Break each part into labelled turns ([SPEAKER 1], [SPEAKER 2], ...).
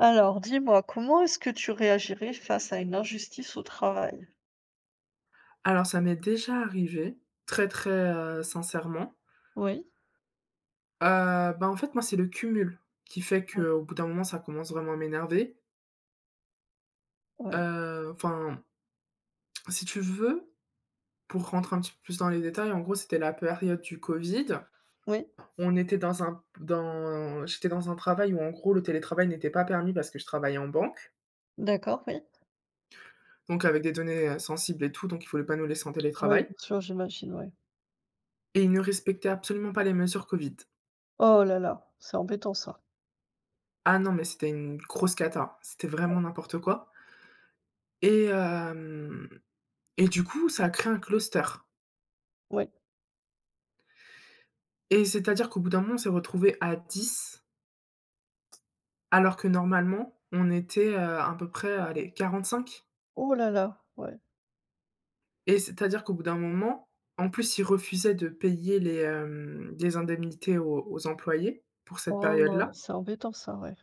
[SPEAKER 1] Alors, dis-moi, comment est-ce que tu réagirais face à une injustice au travail?
[SPEAKER 2] Alors ça m'est déjà arrivé, très, très, sincèrement.
[SPEAKER 1] Oui.
[SPEAKER 2] Heu, Bah, en fait, moi, c'est le cumul qui fait
[SPEAKER 1] Oui,
[SPEAKER 2] qu'au bout d'un moment, ça commence vraiment à m'énerver.
[SPEAKER 1] ouais,
[SPEAKER 2] Enfin, si tu veux, pour rentrer un petit peu plus dans les détails, en gros, c'était la période du covid.
[SPEAKER 1] oui,
[SPEAKER 2] On était dans un dans j'étais dans un travail où, en gros, le télétravail n'était pas permis parce que je travaillais en banque,
[SPEAKER 1] d'accord, oui.
[SPEAKER 2] donc avec des données, sensibles et tout, donc ils fallait pas nous laisser en
[SPEAKER 1] Oui,
[SPEAKER 2] télétravail
[SPEAKER 1] bien sûr, j'imagine, oui.
[SPEAKER 2] et ils ne respectaient absolument pas les mesures covid.
[SPEAKER 1] Oh là là, c'est embêtant ça.
[SPEAKER 2] Ah non, mais c'était une grosse cata, c'était
[SPEAKER 1] Oui.
[SPEAKER 2] vraiment n'importe quoi. Et hem et du coup, ça a créé un cluster et c'est-à-dire qu'au bout d'un moment, on s'est retrouvés à 10, alors que normalement, on était, à peu près, allez, 45.
[SPEAKER 1] Oh là là, ouais.
[SPEAKER 2] Et c'est-à-dire qu'au bout d'un moment, en plus, ils refusaient de payer les indemnités aux employés pour cette
[SPEAKER 1] Oh,
[SPEAKER 2] période-là.
[SPEAKER 1] c'est embêtant ça, ouais.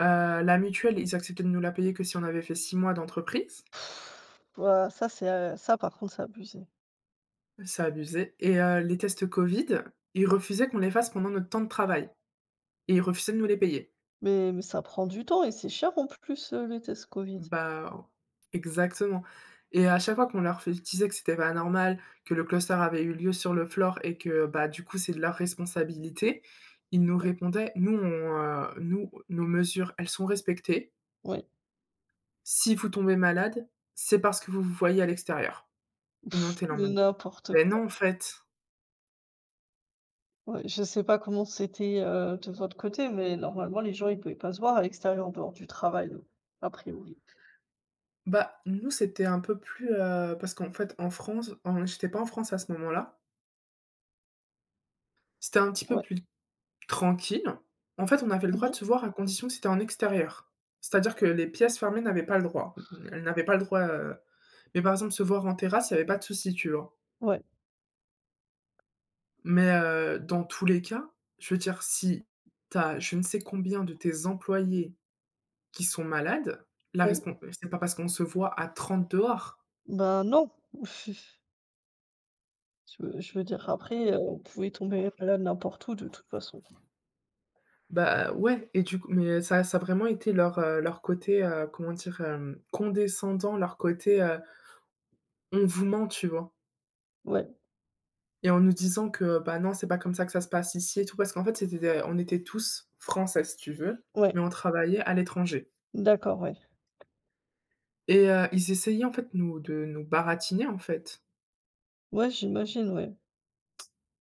[SPEAKER 2] Heu, la mutuelle, ils acceptaient de nous la payer que si on avait fait 6 mois d'entreprise.
[SPEAKER 1] Pff, Ouah, ça, c'est, ça, par contre, c'est abusé.
[SPEAKER 2] Ça abusait et les tests Covid, ils refusaient qu'on les fasse pendant notre temps de travail et ils refusaient de nous les payer.
[SPEAKER 1] Mais ça prend du temps et c'est cher en plus, les tests Covid.
[SPEAKER 2] Bah, exactement et à chaque fois qu'on leur fait disait que c'était pas normal, que le cluster avait eu lieu sur le floor et que, bah, du coup, c'est de leur responsabilité, ils nous répondaient: «Nous, nos mesures, elles sont respectées.
[SPEAKER 1] Oui,
[SPEAKER 2] Si vous tombez malade, c'est parce que vous vous voyez à l'extérieur» et nous, on était là en
[SPEAKER 1] mais
[SPEAKER 2] mode:
[SPEAKER 1] n'importe.
[SPEAKER 2] «Beh, non, en fait».
[SPEAKER 1] Ouais, je sais pas comment c'était, de votre côté, mais normalement les gens ils pouvaient pas se voir à l'extérieur en dehors du travail, donc, a priori.
[SPEAKER 2] Bah, nous, c'était un peu plus, parce qu'en fait, en France en j'étais pas en France à ce moment-là. C'était un petit peu
[SPEAKER 1] Ouais.
[SPEAKER 2] plus tranquille. En fait, on avait le droit
[SPEAKER 1] Mmh.
[SPEAKER 2] de se voir à condition que c'était en extérieur. C'est-à-dire que les pièces fermées n'avaient pas le droit. Elles n'avaient pas le droit, mais par exemple, se voir en terrasse, il y avait pas de souci, tu vois?
[SPEAKER 1] Ouais,
[SPEAKER 2] Mais dans tous les cas, je veux dire, si tu as je ne sais combien de tes employés qui sont malades, la
[SPEAKER 1] oui.
[SPEAKER 2] respon c'est pas parce qu'on se voit à 30 dehors.
[SPEAKER 1] Ben non. Je veux dire après, on pouvait tomber malade n'importe où de toute façon.
[SPEAKER 2] Bah, ouais et du coup mais ça a vraiment été leur côté, comment dire? Condescendant, leur côté: «On vous ment», tu vois?
[SPEAKER 1] Ouais,
[SPEAKER 2] Et en nous disant que, bah, non, c'est pas comme ça que ça se passe ici et tout, parce qu'en fait, c'était des on était tous français, si tu veux,
[SPEAKER 1] ouais,
[SPEAKER 2] mais on travaillait à l'étranger
[SPEAKER 1] d'accord, ouais.
[SPEAKER 2] et ils essayaient, en fait, nous de nous baratiner, en fait.
[SPEAKER 1] Ouais, j'imagine, ouais,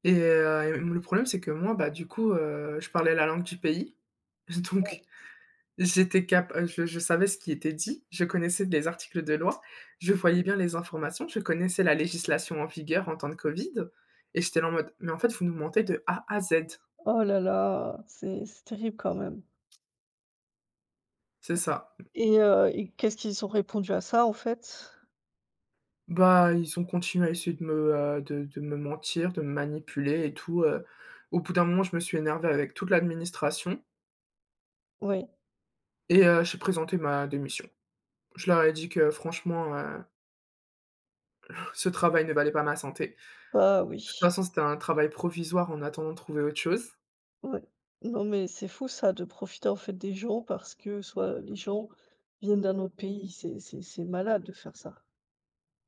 [SPEAKER 2] Et le problème, c'est que moi, bah, du coup, je parlais la langue du pays
[SPEAKER 1] ouais.
[SPEAKER 2] donc j'étais cap je savais ce qui était dit, je connaissais les articles de loi, je voyais bien les informations, je connaissais la législation en vigueur en temps de covid et j'étais là en mode: «Mais en fait, vous nous mentez de A à Z».
[SPEAKER 1] Oh là là, c'est terrible quand même.
[SPEAKER 2] C'est ça.
[SPEAKER 1] Et qu'est-ce qu'ils ont répondu à ça en fait?
[SPEAKER 2] Bah, ils ont continué à essayer de me mentir, de me manipuler et tout. Au bout d'un moment, je me suis énervé avec toute l'administration
[SPEAKER 1] Ouais,
[SPEAKER 2] et j'ai présenté ma démission. Je leur ai dit que franchement, ce travail ne valait pas ma santé.
[SPEAKER 1] bah
[SPEAKER 2] De toute
[SPEAKER 1] oui.
[SPEAKER 2] façon, c'était un travail provisoire en attendant de trouver autre chose.
[SPEAKER 1] Ouais. Non, mais c'est fou ça, de profiter en fait des gens parce que soit les gens viennent d'un autre pays, c'est malade de faire ça.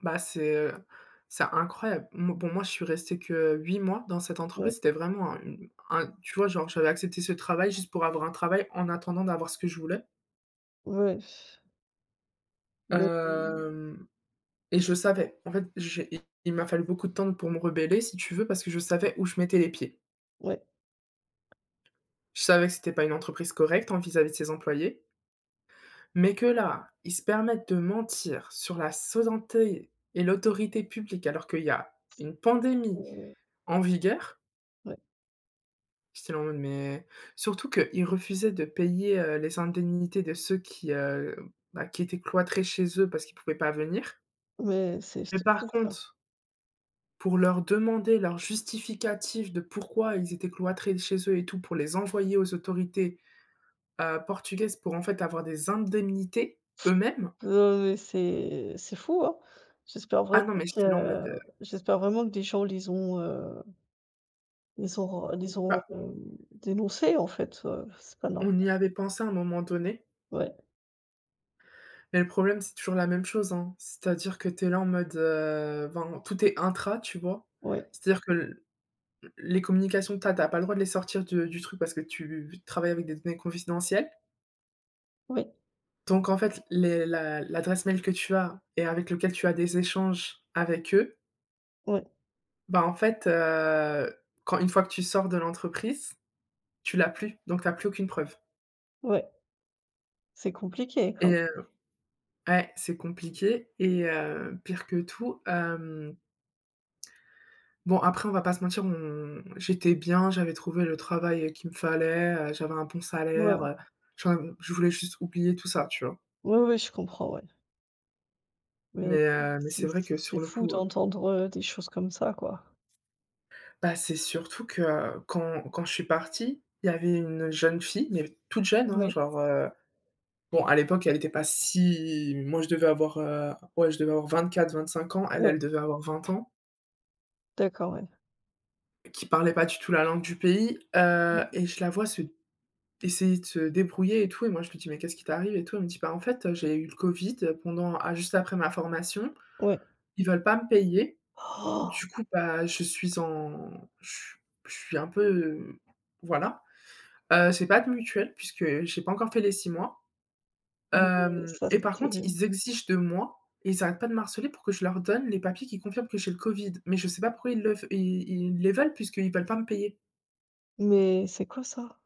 [SPEAKER 2] Bah, c'est incroyable. Mo Bon, moi, je suis restée que 8 mois dans cette
[SPEAKER 1] Ouais,
[SPEAKER 2] entreprise. C'était vraiment un une un tu vois, genre, j'avais accepté ce travail juste pour avoir un travail en attendant d'avoir ce que je voulais.
[SPEAKER 1] ouais, mais
[SPEAKER 2] Hem Et je savais. En fait, j'ai i il m'a fallu beaucoup de temps pour me rebeller, si tu veux, parce que je savais où je mettais les pieds.
[SPEAKER 1] ouais,
[SPEAKER 2] Je savais que c'était pas une entreprise correcte, hein, vis-à-vis de ses employés, mais que là, ils se permettent de mentir sur la santé et l'autorité publique, alors qu'il y a une pandémie
[SPEAKER 1] heu,
[SPEAKER 2] en vigueur.
[SPEAKER 1] ouais,
[SPEAKER 2] J'étais là en mode: «Mais» surtout qu'ils refusaient de payer, les indemnités de ceux qui étaient cloîtrés chez eux parce qu'ils pouvaient pas venir.
[SPEAKER 1] mais c'est
[SPEAKER 2] Mais
[SPEAKER 1] c'est fou
[SPEAKER 2] par
[SPEAKER 1] ça.
[SPEAKER 2] contre pour leur demander leur justificatif de pourquoi ils étaient cloîtrés chez eux et tout, pour les envoyer aux autorités, portugaises pour, en fait, avoir des indemnités eux-mêmes.
[SPEAKER 1] Non, mais c'est fou, hein. J'espère vraiment
[SPEAKER 2] Ah non, mais
[SPEAKER 1] que
[SPEAKER 2] j'étais là en mode,
[SPEAKER 1] euh, j'espère vraiment que des gens les ont les
[SPEAKER 2] bah,
[SPEAKER 1] ont, heu, dénoncés en fait, c'est pas normal.
[SPEAKER 2] on y avait pensé à un moment donné,
[SPEAKER 1] Ouais,
[SPEAKER 2] mais le problème, c'est toujours la même chose, hein. C'est-à-dire que tu es là en mode, enfin, tout est intra, tu vois?
[SPEAKER 1] ouais,
[SPEAKER 2] C'est-à-dire que l les communications que tu as pas le droit de les sortir de du truc parce que tu travailles avec des données confidentielles.
[SPEAKER 1] ouais,
[SPEAKER 2] Donc en fait, les la l'adresse mail que tu as et avec lequel tu as des échanges avec eux,
[SPEAKER 1] ouais,
[SPEAKER 2] bah, en fait, quand une fois que tu sors de l'entreprise, tu l'as plus, donc tu as plus aucune preuve
[SPEAKER 1] ouais, c'est compliqué
[SPEAKER 2] et
[SPEAKER 1] quand même.
[SPEAKER 2] ouais, c'est compliqué et pire que tout, bon après on va pas se mentir, on j'étais bien, j'avais trouvé le travail, qu'il me fallait, j'avais un bon salaire,
[SPEAKER 1] Ouais,
[SPEAKER 2] j'en av je voulais juste oublier tout ça, tu vois?
[SPEAKER 1] ouais, ouais, je comprends, ouais. Mais
[SPEAKER 2] Mais
[SPEAKER 1] c'est
[SPEAKER 2] c'est vrai que
[SPEAKER 1] c'est
[SPEAKER 2] sur le
[SPEAKER 1] fou
[SPEAKER 2] coup.
[SPEAKER 1] d'entendre, des choses comme ça, quoi.
[SPEAKER 2] Bah, c'est surtout que, quand je suis partie, il y avait une jeune fille, mais toute jeune, hein,
[SPEAKER 1] Oui.
[SPEAKER 2] genre, bon, à l'époque, elle était pas si moi, je devais avoir, ouais, je devais avoir 24-25 ans, elle,
[SPEAKER 1] Ouais,
[SPEAKER 2] elle devait avoir 20 ans,
[SPEAKER 1] d'accord, ouais.
[SPEAKER 2] qui parlait pas du tout la langue du pays,
[SPEAKER 1] Mmh,
[SPEAKER 2] et je la vois se essayer de se débrouiller et tout et moi, je lui dis: «Mais qu'est-ce qui t'arrive et tout?» Elle me dit: «Bah, en fait, j'ai eu le covid pendant ah, juste après ma formation,
[SPEAKER 1] ouais.
[SPEAKER 2] ils veulent pas me payer,
[SPEAKER 1] Oh,
[SPEAKER 2] du coup, bah, je suis en je suis je suis un peu, voilà» C'est pas de mutuelle puisque j'ai pas encore fait les 6 mois,
[SPEAKER 1] mais
[SPEAKER 2] hem
[SPEAKER 1] ça,
[SPEAKER 2] et
[SPEAKER 1] c'est
[SPEAKER 2] par contre,
[SPEAKER 1] terrible.
[SPEAKER 2] ils exigent de moi et ils arrêtent pas de me harceler pour que je leur donne les papiers qui confirment que j'ai le Covid. Mais je sais pas pourquoi ils le f ils ils les veulent puisqu'ils veulent pas me payer
[SPEAKER 1] Mais c'est quoi ça?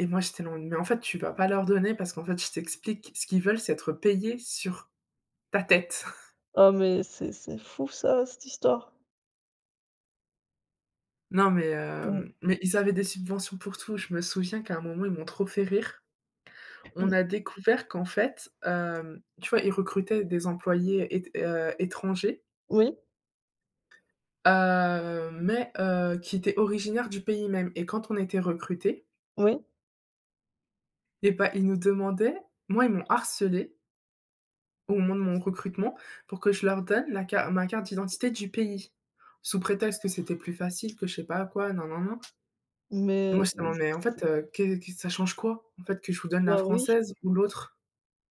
[SPEAKER 2] et moi, j'étais là en mode: «Mais en fait, tu vas pas leur donner parce qu'en fait, je t'explique, ce qu'ils veulent, c'est être payés sur ta tête».
[SPEAKER 1] Ah mais c'est fou ça, cette histoire.
[SPEAKER 2] Non mais
[SPEAKER 1] Mmh,
[SPEAKER 2] hem, mais ils avaient des subventions pour tout. Je me souviens qu'à un moment, ils m'ont trop fait rire. On
[SPEAKER 1] mmh.
[SPEAKER 2] a découvert qu'en fait, tu vois, ils recrutaient des employés ét étrangers.
[SPEAKER 1] Oui,
[SPEAKER 2] Mais qui étaient originaires du pays même et quand on était recrutés
[SPEAKER 1] oui,
[SPEAKER 2] et bah, ils nous demandaient moi, ils m'ont harcelée au moment de mon recrutement pour que je leur donne la car ma carte d'identité du pays. Sous prétexte que c'était plus facile, que je sais pas quoi, nin nin nin et moi,
[SPEAKER 1] mais
[SPEAKER 2] j'étais là: «Mais en fait, qu'est ça change quoi, en fait, que je vous donne la
[SPEAKER 1] bah, oui,
[SPEAKER 2] française ou l'autre?»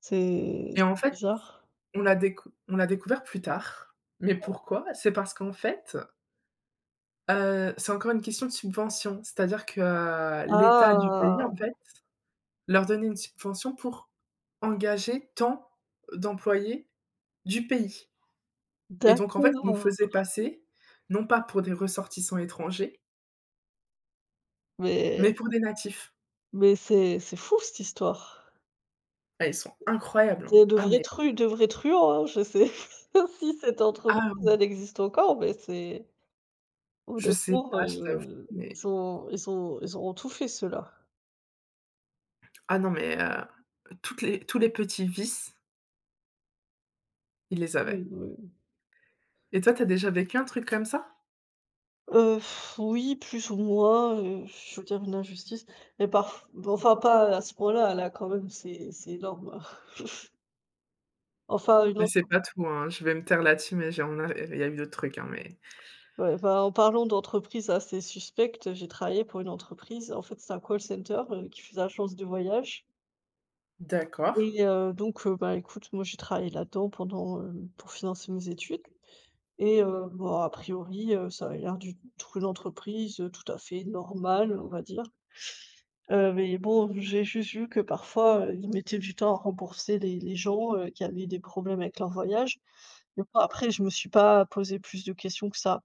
[SPEAKER 1] c'est
[SPEAKER 2] Et en
[SPEAKER 1] c'est
[SPEAKER 2] fait,
[SPEAKER 1] bizarre.
[SPEAKER 2] on l'a découvert plus tard. Mais pourquoi? C'est parce qu'en fait, c'est encore une question de subvention. C'est-à-dire que, l'État du pays,
[SPEAKER 1] Ah!
[SPEAKER 2] en fait leur donner une subvention pour engager tant d'employés du pays et donc en fait, ils nous
[SPEAKER 1] D'accord,
[SPEAKER 2] faisaient passer, non pas pour des ressortissants étrangers,
[SPEAKER 1] mais
[SPEAKER 2] mais pour des natifs.
[SPEAKER 1] mais c'est fou cette histoire.
[SPEAKER 2] Ah, ils sont incroyables, hein.
[SPEAKER 1] Des de
[SPEAKER 2] Ah
[SPEAKER 1] vrais
[SPEAKER 2] mais
[SPEAKER 1] tru de vrais truands, hein, je sais pas si cette entreprise,
[SPEAKER 2] ah oui,
[SPEAKER 1] elle existe encore, mais c'est. Au
[SPEAKER 2] je sais
[SPEAKER 1] départ,
[SPEAKER 2] pas, je t'avoue, mais
[SPEAKER 1] ils auront tout fait ceux-là.
[SPEAKER 2] ah non, mais toutes les tous les petits vices, ils les avaient.
[SPEAKER 1] Mmh, ouais.
[SPEAKER 2] Et toi, tu as déjà vécu un truc comme ça?
[SPEAKER 1] Heu, oui, plus ou moins, je veux dire une injustice, mais parf enfin pas à ce point-là, là quand même c'est énorme, hein. Enfin une
[SPEAKER 2] Mais
[SPEAKER 1] entre.
[SPEAKER 2] c'est pas tout, hein, je vais me taire là-dessus, mais j'en a il y a eu d'autres trucs, hein, mais
[SPEAKER 1] Ouais, bah, en parlant d'entreprises assez suspectes, j'ai travaillé pour une entreprise, en fait, c'était un call center, qui faisait agence de voyage
[SPEAKER 2] d'accord,
[SPEAKER 1] et donc bah, écoute, moi j'ai travaillé là-dedans pendant, pour financer mes études. Et bon, a priori, ça avait l'air d'une entreprise, tout à fait normale, on va dire. Mais bon, j'ai juste vu que parfois, ils mettaient du temps à rembourser les gens, qui avaient des problèmes avec leur voyage. Mais bon, après, je me suis pas posé plus de questions que ça.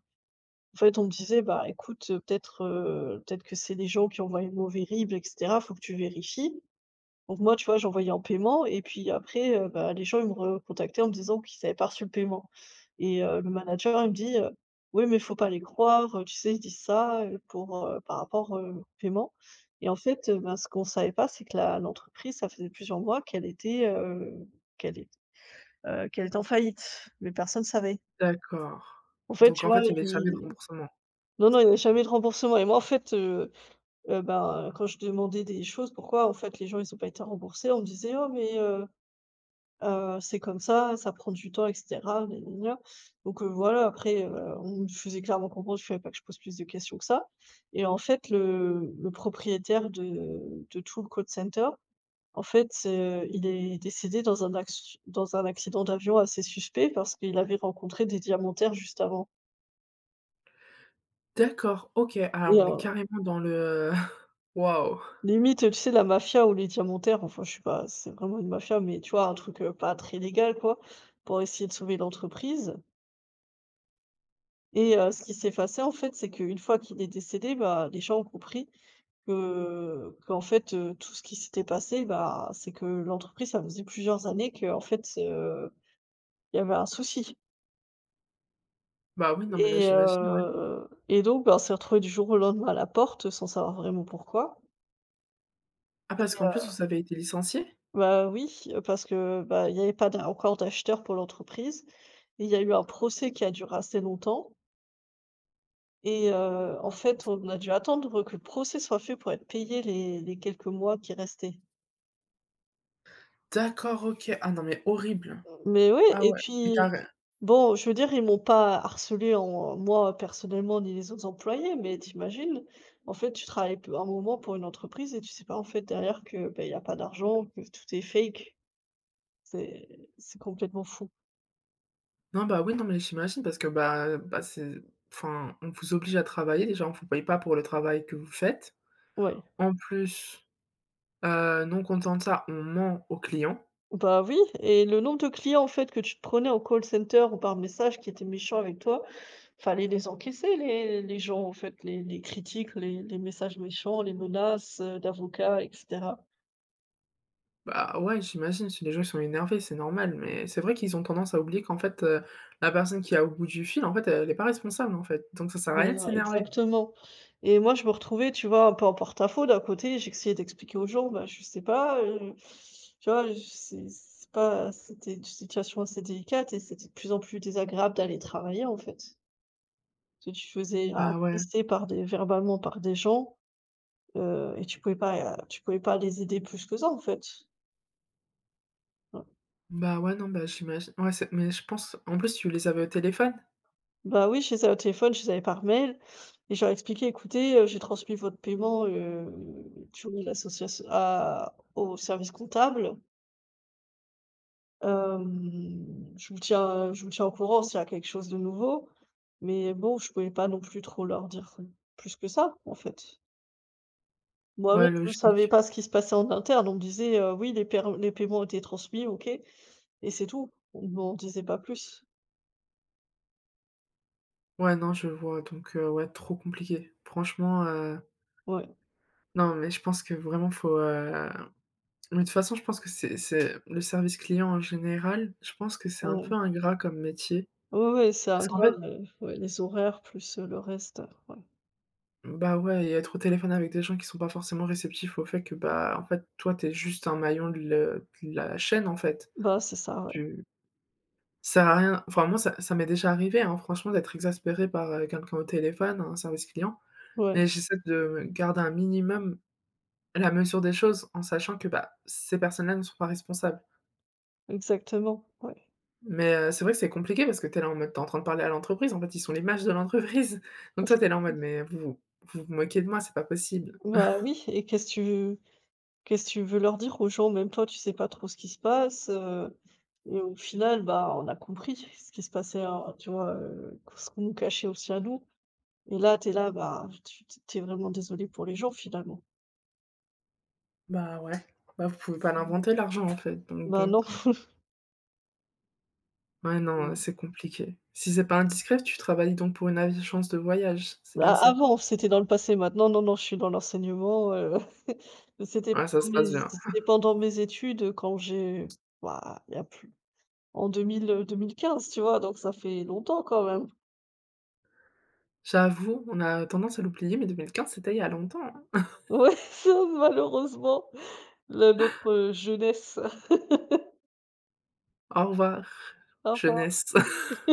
[SPEAKER 1] En fait, on me disait: «Bah, écoute, peut-être que c'est des gens qui ont envoyé le mauvais RIB et cetera, faut que tu vérifies». Donc moi, tu vois, j'envoyais en paiement et puis après, bah, les gens, ils me recontactaient en me disant qu'ils avaient pas reçu le paiement et le manager, il me dit, «Oui, mais il faut pas les croire, tu sais, ils disent ça, pour, par rapport, au paiement» et en fait, ben, ce qu'on savait pas, c'est que la l'entreprise, ça faisait plusieurs mois qu'elle est qu'elle était en faillite, mais personne ne savait.
[SPEAKER 2] d'accord.
[SPEAKER 1] En fait,
[SPEAKER 2] Donc
[SPEAKER 1] tu
[SPEAKER 2] en
[SPEAKER 1] vois,
[SPEAKER 2] fait, il y avait jamais de
[SPEAKER 1] ils.
[SPEAKER 2] remboursement?
[SPEAKER 1] Non, non, il y avait jamais de remboursement et moi, en fait, ben, quand je demandais des choses, pourquoi, en fait, les gens, ils ont pas été remboursés, on me disait: «Oh mais» C'est comme ça prend du temps et cetera, nia nia nia. Donc voilà, après, on me faisait clairement comprendre, il fallait pas que je pose plus de questions que ça et en fait, le propriétaire de tout le call center, en fait, il est décédé dans un acc dans un accident d'avion assez suspect parce qu'il avait rencontré des diamantaires juste avant
[SPEAKER 2] D'accord, OK. Ah
[SPEAKER 1] et
[SPEAKER 2] on est carrément dans le, waouh!
[SPEAKER 1] limite, tu sais, la mafia ou les diamantaires, enfin, je sais pas, c'est vraiment une mafia, mais tu vois, un truc, pas très légal, quoi, pour essayer de sauver l'entreprise. Et ce qui s'est passé, en fait, c'est qu'une fois qu'il est décédé, bah, les gens ont compris que qu'en fait, tout ce qui s'était passé, bah, c'est que l'entreprise, ça faisait plusieurs années qu'en fait, il y avait un souci
[SPEAKER 2] Bah, oui, non, mais là, j'imagine, ouais.
[SPEAKER 1] et donc bah, on s'est retrouvés du jour au lendemain à la porte, sans savoir vraiment pourquoi.
[SPEAKER 2] Ah parce qu'en plus vous avez été licenciés?
[SPEAKER 1] Bah, oui, parce que, bah, il n'y avait pas d'a encore d'acheteurs pour l'entreprise et il y a eu un procès qui a duré assez longtemps. Et en fait, on a dû attendre que le procès soit fait pour être payé les quelques mois qui restaient.
[SPEAKER 2] D'accord, OK. Ah non, mais horrible.
[SPEAKER 1] Mais oui.
[SPEAKER 2] Ah
[SPEAKER 1] Et
[SPEAKER 2] ouais et tu
[SPEAKER 1] puis,
[SPEAKER 2] ré
[SPEAKER 1] bon, je veux dire, ils m'ont pas harcelée en moi, personnellement, ni les autres employés, mais t'imagines en fait, tu travailles pe un moment pour une entreprise et tu sais pas, en fait, derrière que, bah, il y a pas d'argent, que tout est fake. C'est complètement fou.
[SPEAKER 2] non, bah, oui, non, mais j'imagine parce que, bah, c'est enfin, on vous oblige à travailler déjà, on vous paye pas pour le travail que vous faites.
[SPEAKER 1] Ouais.
[SPEAKER 2] En plus, non content de ça, on ment aux clients.
[SPEAKER 1] Bah, oui et le nombre de clients, en fait, que tu te prenais en call center ou par message qui étaient méchants avec toi. Fallait les encaisser les gens, en fait, les critiques, les messages méchants, les menaces, d'avocats et cetera.
[SPEAKER 2] Bah, ouais, j'imagine, c'est des gens, ils sont énervés, c'est normal, mais c'est vrai qu'ils ont tendance à oublier qu'en fait, la personne qui est au bout du fil, en fait, elle est pas responsable, en fait, donc ça sert à rien de
[SPEAKER 1] Ben,
[SPEAKER 2] s'énerver.
[SPEAKER 1] exactement et moi, je me retrouvais, tu vois, un peu en porte-à-faux. D'un côté, j'essayais d'expliquer aux gens: «Bah, je sais pas», tu vois? C'est pas c'était une situation assez délicate et c'était de plus en plus désagréable d'aller travailler, en fait. Parce que tu faisais
[SPEAKER 2] Bah, ouais,
[SPEAKER 1] agresser par des verbalement par des gens, et tu pouvais pas les aider plus que ça, en fait.
[SPEAKER 2] bah, ouais, non, bah, j'imagine, ouais, c'est mais je pense en plus, tu les avais au téléphone?
[SPEAKER 1] Bah oui, je les avais au téléphone, je les avais par mail et je leur ai expliqué: «Écoutez, j'ai transmis votre paiement, through l'association à au service comptable. Hem, je vous tiens au courant s'il y a quelque chose de nouveau». Mais bon, je pouvais pas non plus trop leur dire plus que ça, en fait. Moi-même,
[SPEAKER 2] Ouais,
[SPEAKER 1] je ne savais
[SPEAKER 2] logique.
[SPEAKER 1] pas ce qui se passait en interne. On me disait: «Oui, les paiements ont été transmis, OK» et c'est tout. On m'en disait pas plus.
[SPEAKER 2] Ouais, non, je vois, donc ouais, trop compliqué. Franchement,
[SPEAKER 1] Ouais,
[SPEAKER 2] non, mais je pense que vraiment faut, mais de toute façon, je pense que c'est le service client en général, je pense que c'est un peu
[SPEAKER 1] ouais.
[SPEAKER 2] ingrat comme métier,
[SPEAKER 1] Ouais, ouais, c'est un
[SPEAKER 2] parce qu'en fait.
[SPEAKER 1] grave, ouais, les horaires plus, le reste, ouais.
[SPEAKER 2] Bah, ouais et être au téléphone avec des gens qui sont pas forcément réceptifs au fait que, bah, en fait, toi, t'es juste un maillon de la chaîne, en fait.
[SPEAKER 1] Bah, c'est ça, ouais.
[SPEAKER 2] Tu Ça sert à rien enfin, moi, ça m'est déjà arrivé, hein, franchement, d'être exaspéré par, quelqu'un au téléphone, un service client,
[SPEAKER 1] Ouais,
[SPEAKER 2] mais j'essaie de garder un minimum la mesure des choses en sachant que, bah, ces personnes-là ne sont pas responsables.
[SPEAKER 1] exactement, ouais.
[SPEAKER 2] Mais, c'est vrai que c'est compliqué parce que t'es là en mode t'es en train de parler à l'entreprise, en fait, ils sont l'image de l'entreprise. Donc toi, t'es là en mode: «Mais vous vous moquez de moi, c'est pas possible».
[SPEAKER 1] Bah, oui et qu'est-ce que tu veux leur dire aux gens? Même toi, tu sais pas trop ce qui se passe, et au final, bah, on a compris ce qui se passait, hein, tu vois, ce qu'on nous cachait aussi à nous et là, t'es là, bah, tu t'es vraiment désolé pour les gens, finalement.
[SPEAKER 2] Bah, ouais. Bah, vous pouvez pas
[SPEAKER 1] Mmh.
[SPEAKER 2] l'inventer l'argent, en fait, donc
[SPEAKER 1] Bah,
[SPEAKER 2] bon.
[SPEAKER 1] non.
[SPEAKER 2] Ouais, non, c'est compliqué. Si c'est pas indiscret, tu travailles donc pour une agence de voyage, c'est
[SPEAKER 1] A
[SPEAKER 2] bien ça?
[SPEAKER 1] avant, c'était dans le passé. Maintenant, non, non, je suis dans l'enseignement, c'était
[SPEAKER 2] Ouais, ça
[SPEAKER 1] pendant
[SPEAKER 2] se
[SPEAKER 1] mes
[SPEAKER 2] passe bien.
[SPEAKER 1] c'était pendant mes études, quand j'ai bah, il y a plus en deux mille 2015, tu vois? Donc ça fait longtemps quand même.
[SPEAKER 2] J'avoue, on a tendance à l'oublier, mais 2015, c'était il y a longtemps, hein.
[SPEAKER 1] Ouais, ça malheureusement, le notre jeunesse.
[SPEAKER 2] Au revoir,
[SPEAKER 1] Enfin.
[SPEAKER 2] jeunesse.